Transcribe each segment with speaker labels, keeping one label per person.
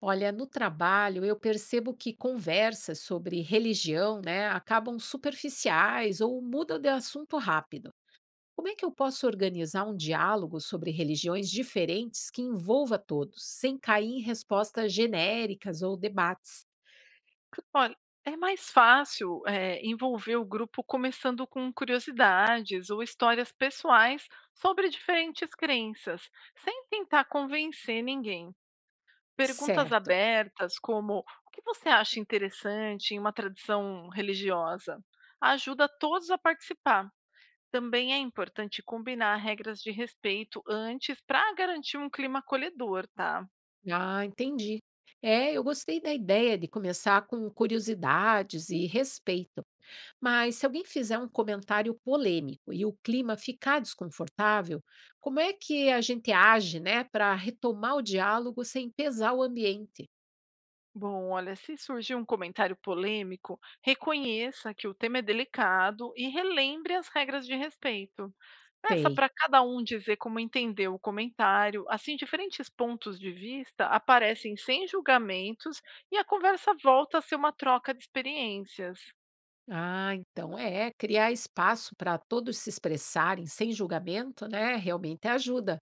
Speaker 1: Olha, no trabalho eu percebo que conversas sobre religião, né, acabam superficiais ou mudam de assunto rápido. Como é que eu posso organizar um diálogo sobre religiões diferentes que envolva todos, sem cair em respostas genéricas ou debates?
Speaker 2: Olha, é mais fácil, envolver o grupo começando com curiosidades ou histórias pessoais sobre diferentes crenças, sem tentar convencer ninguém. Perguntas
Speaker 1: Certo.
Speaker 2: abertas, como o que você acha interessante em uma tradição religiosa, ajuda todos a participar. Também é importante combinar regras de respeito antes para garantir um clima acolhedor, tá?
Speaker 1: Ah, entendi. É, eu gostei da ideia de começar com curiosidades e respeito. Mas se alguém fizer um comentário polêmico e o clima ficar desconfortável, como é que a gente age, né, para retomar o diálogo sem pesar o ambiente?
Speaker 2: Bom, olha, se surgir um comentário polêmico, reconheça que o tema é delicado e relembre as regras de respeito. Peça
Speaker 1: Sei.
Speaker 2: para cada um dizer como entendeu o comentário, assim diferentes pontos de vista aparecem sem julgamentos e a conversa volta a ser uma troca de experiências.
Speaker 1: Ah, então é, criar espaço para todos se expressarem sem julgamento, né, realmente ajuda.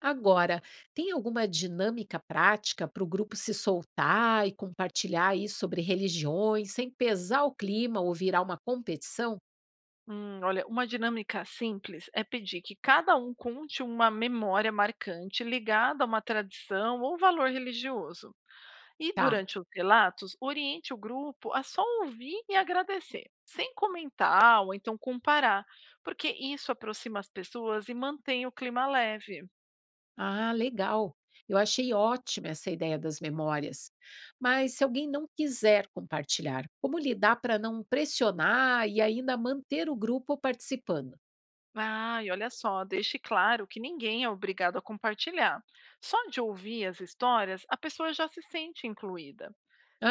Speaker 1: Agora, tem alguma dinâmica prática para o grupo se soltar e compartilhar aí sobre religiões sem pesar o clima ou virar uma competição?
Speaker 2: Olha, uma dinâmica simples é pedir que cada um conte uma memória marcante ligada a uma tradição ou valor religioso. E
Speaker 1: Tá.
Speaker 2: durante os relatos, oriente o grupo a só ouvir e agradecer, sem comentar ou então comparar, porque isso aproxima as pessoas e mantém o clima leve.
Speaker 1: Ah, legal. Eu achei ótima essa ideia das memórias. Mas se alguém não quiser compartilhar, como lidar para não pressionar e ainda manter o grupo participando?
Speaker 2: Ah, e olha só, deixe claro que ninguém é obrigado a compartilhar. Só de ouvir as histórias, a pessoa já se sente incluída.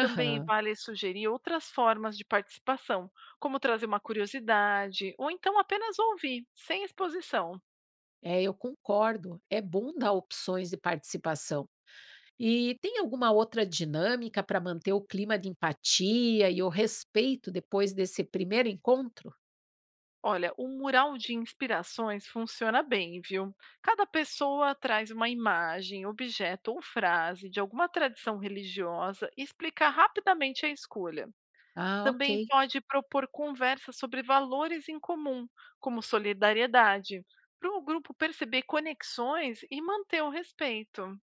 Speaker 2: Também vale sugerir outras formas de participação, como trazer uma curiosidade ou então apenas ouvir, sem exposição.
Speaker 1: é, eu concordo. É bom dar opções de participação. E tem alguma outra dinâmica para manter o clima de empatia e o respeito depois desse primeiro encontro?
Speaker 2: Olha, o mural de inspirações funciona bem, viu? Cada pessoa traz uma imagem, objeto ou frase de alguma tradição religiosa e explica rapidamente a escolha.
Speaker 1: Ah,
Speaker 2: Também
Speaker 1: ok.
Speaker 2: pode propor conversas sobre valores em comum, como solidariedade, para o grupo perceber conexões e manter o respeito.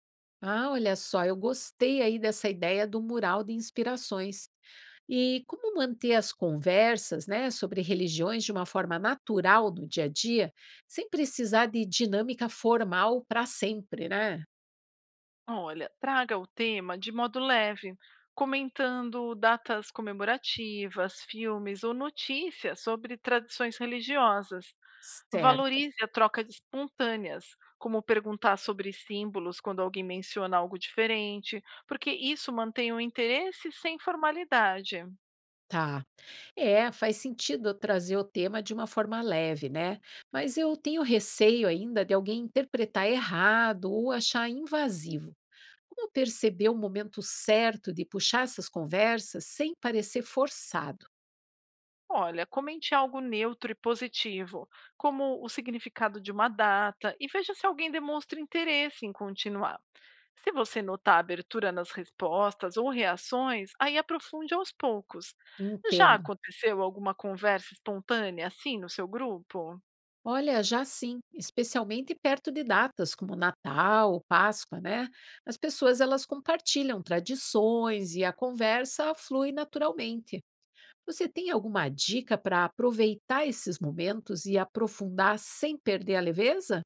Speaker 1: Ah, olha só, eu gostei aí dessa ideia do mural de inspirações. E como manter as conversas, né, sobre religiões de uma forma natural no dia a dia, sem precisar de dinâmica formal para sempre, né?
Speaker 2: Olha, traga o tema de modo leve, comentando datas comemorativas, filmes ou notícias sobre tradições religiosas.
Speaker 1: Certo,
Speaker 2: Valorize a troca de espontâneas, como perguntar sobre símbolos quando alguém menciona algo diferente, porque isso mantém o interesse sem formalidade.
Speaker 1: tá. É, faz sentido eu trazer o tema de uma forma leve, né? Mas eu tenho receio ainda de alguém interpretar errado ou achar invasivo. Como perceber o momento certo de puxar essas conversas sem parecer forçado?
Speaker 2: Olha, comente algo neutro e positivo, como o significado de uma data, e veja se alguém demonstra interesse em continuar. Se você notar abertura nas respostas ou reações, aí aprofunde aos poucos. Já
Speaker 1: Entendo.
Speaker 2: aconteceu alguma conversa espontânea assim no seu grupo?
Speaker 1: Olha, já sim, especialmente perto de datas como Natal, Páscoa, né? As pessoas elas compartilham tradições e a conversa flui naturalmente. Você tem alguma dica para aproveitar esses momentos e aprofundar sem perder a leveza?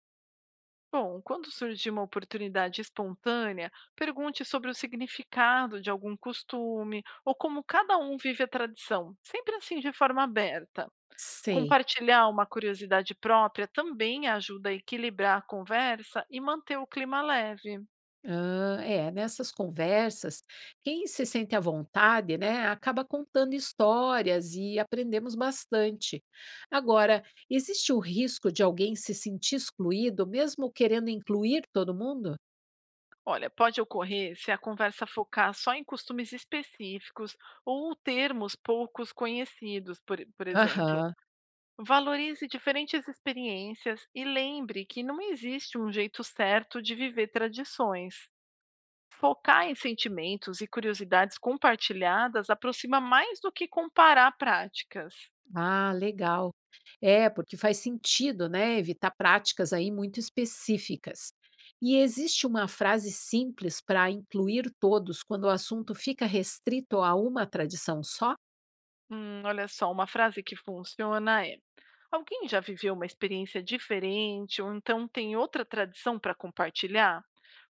Speaker 2: Bom, quando surgir uma oportunidade espontânea, pergunte sobre o significado de algum costume ou como cada um vive a tradição, sempre assim de forma aberta.
Speaker 1: Sei.
Speaker 2: Compartilhar uma curiosidade própria também ajuda a equilibrar a conversa e manter o clima leve.
Speaker 1: Ah, é, nessas conversas, quem se sente à vontade, né, acaba contando histórias e aprendemos bastante. Agora, existe o risco de alguém se sentir excluído, mesmo querendo incluir todo mundo?
Speaker 2: Olha, pode ocorrer se a conversa focar só em costumes específicos ou termos poucos conhecidos, por exemplo.
Speaker 1: Aham.
Speaker 2: Valorize diferentes experiências e lembre que não existe um jeito certo de viver tradições. Focar em sentimentos e curiosidades compartilhadas aproxima mais do que comparar práticas.
Speaker 1: Ah, legal. É, porque faz sentido, né, evitar práticas aí muito específicas. E existe uma frase simples para incluir todos quando o assunto fica restrito a uma tradição só?
Speaker 2: Olha só, uma frase que funciona é: alguém já viveu uma experiência diferente ou então tem outra tradição para compartilhar?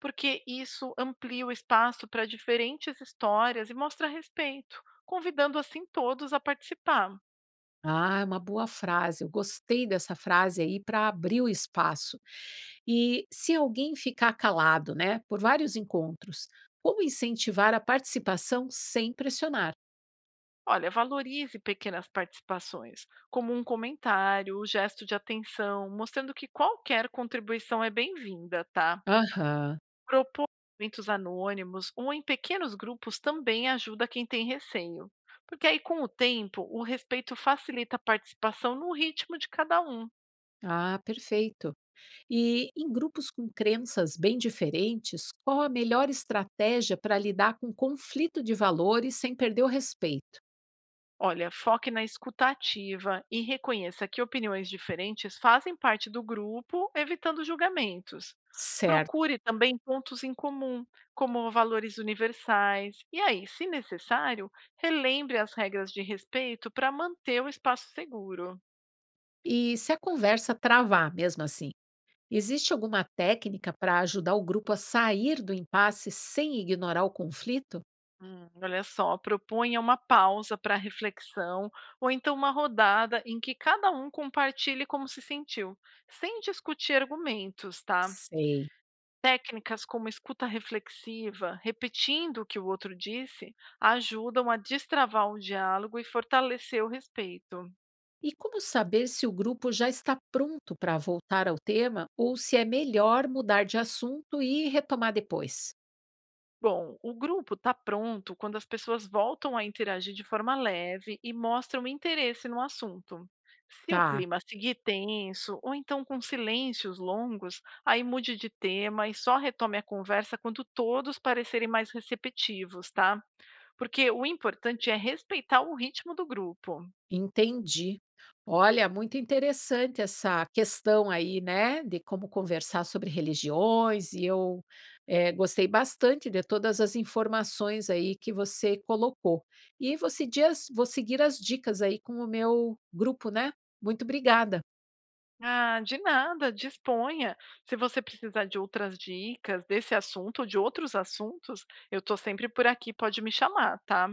Speaker 2: Porque isso amplia o espaço para diferentes histórias e mostra respeito, convidando assim todos a participar.
Speaker 1: Ah, é uma boa frase. Eu gostei dessa frase aí para abrir o espaço. E se alguém ficar calado, né, por vários encontros, como incentivar a participação sem pressionar?
Speaker 2: Olha, valorize pequenas participações, como um comentário, o gesto de atenção, mostrando que qualquer contribuição é bem-vinda, tá?
Speaker 1: Aham.
Speaker 2: Propor eventos anônimos ou em pequenos grupos também ajuda quem tem receio, porque aí com o tempo o respeito facilita a participação no ritmo de cada um.
Speaker 1: Ah, perfeito. E em grupos com crenças bem diferentes, qual a melhor estratégia para lidar com conflito de valores sem perder o respeito?
Speaker 2: Olha, foque na escuta ativa e reconheça que opiniões diferentes fazem parte do grupo, evitando julgamentos.
Speaker 1: Certo.
Speaker 2: Procure também pontos em comum, como valores universais, e aí, se necessário, relembre as regras de respeito para manter o espaço seguro.
Speaker 1: E se a conversa travar mesmo assim? Existe alguma técnica para ajudar o grupo a sair do impasse sem ignorar o conflito?
Speaker 2: Olha só, propunha uma pausa para reflexão ou então uma rodada em que cada um compartilhe como se sentiu, sem discutir argumentos, tá?
Speaker 1: Sei.
Speaker 2: Técnicas como escuta reflexiva, repetindo o que o outro disse, ajudam a destravar o diálogo e fortalecer o respeito.
Speaker 1: E como saber se o grupo já está pronto para voltar ao tema ou se é melhor mudar de assunto e retomar depois?
Speaker 2: Bom, o grupo está pronto quando as pessoas voltam a interagir de forma leve e mostram interesse no assunto. Se o
Speaker 1: Tá.
Speaker 2: clima seguir tenso ou então com silêncios longos, aí mude de tema e só retome a conversa quando todos parecerem mais receptivos, tá? Porque o importante é respeitar o ritmo do grupo.
Speaker 1: Entendi. Olha, muito interessante essa questão aí, né, de como conversar sobre religiões, e gostei bastante de todas as informações aí que você colocou. E você dias vou seguir as dicas aí com o meu grupo, né? Muito obrigada.
Speaker 2: Ah, de nada, disponha. Se você precisar de outras dicas desse assunto ou de outros assuntos, eu estou sempre por aqui, pode me chamar, tá?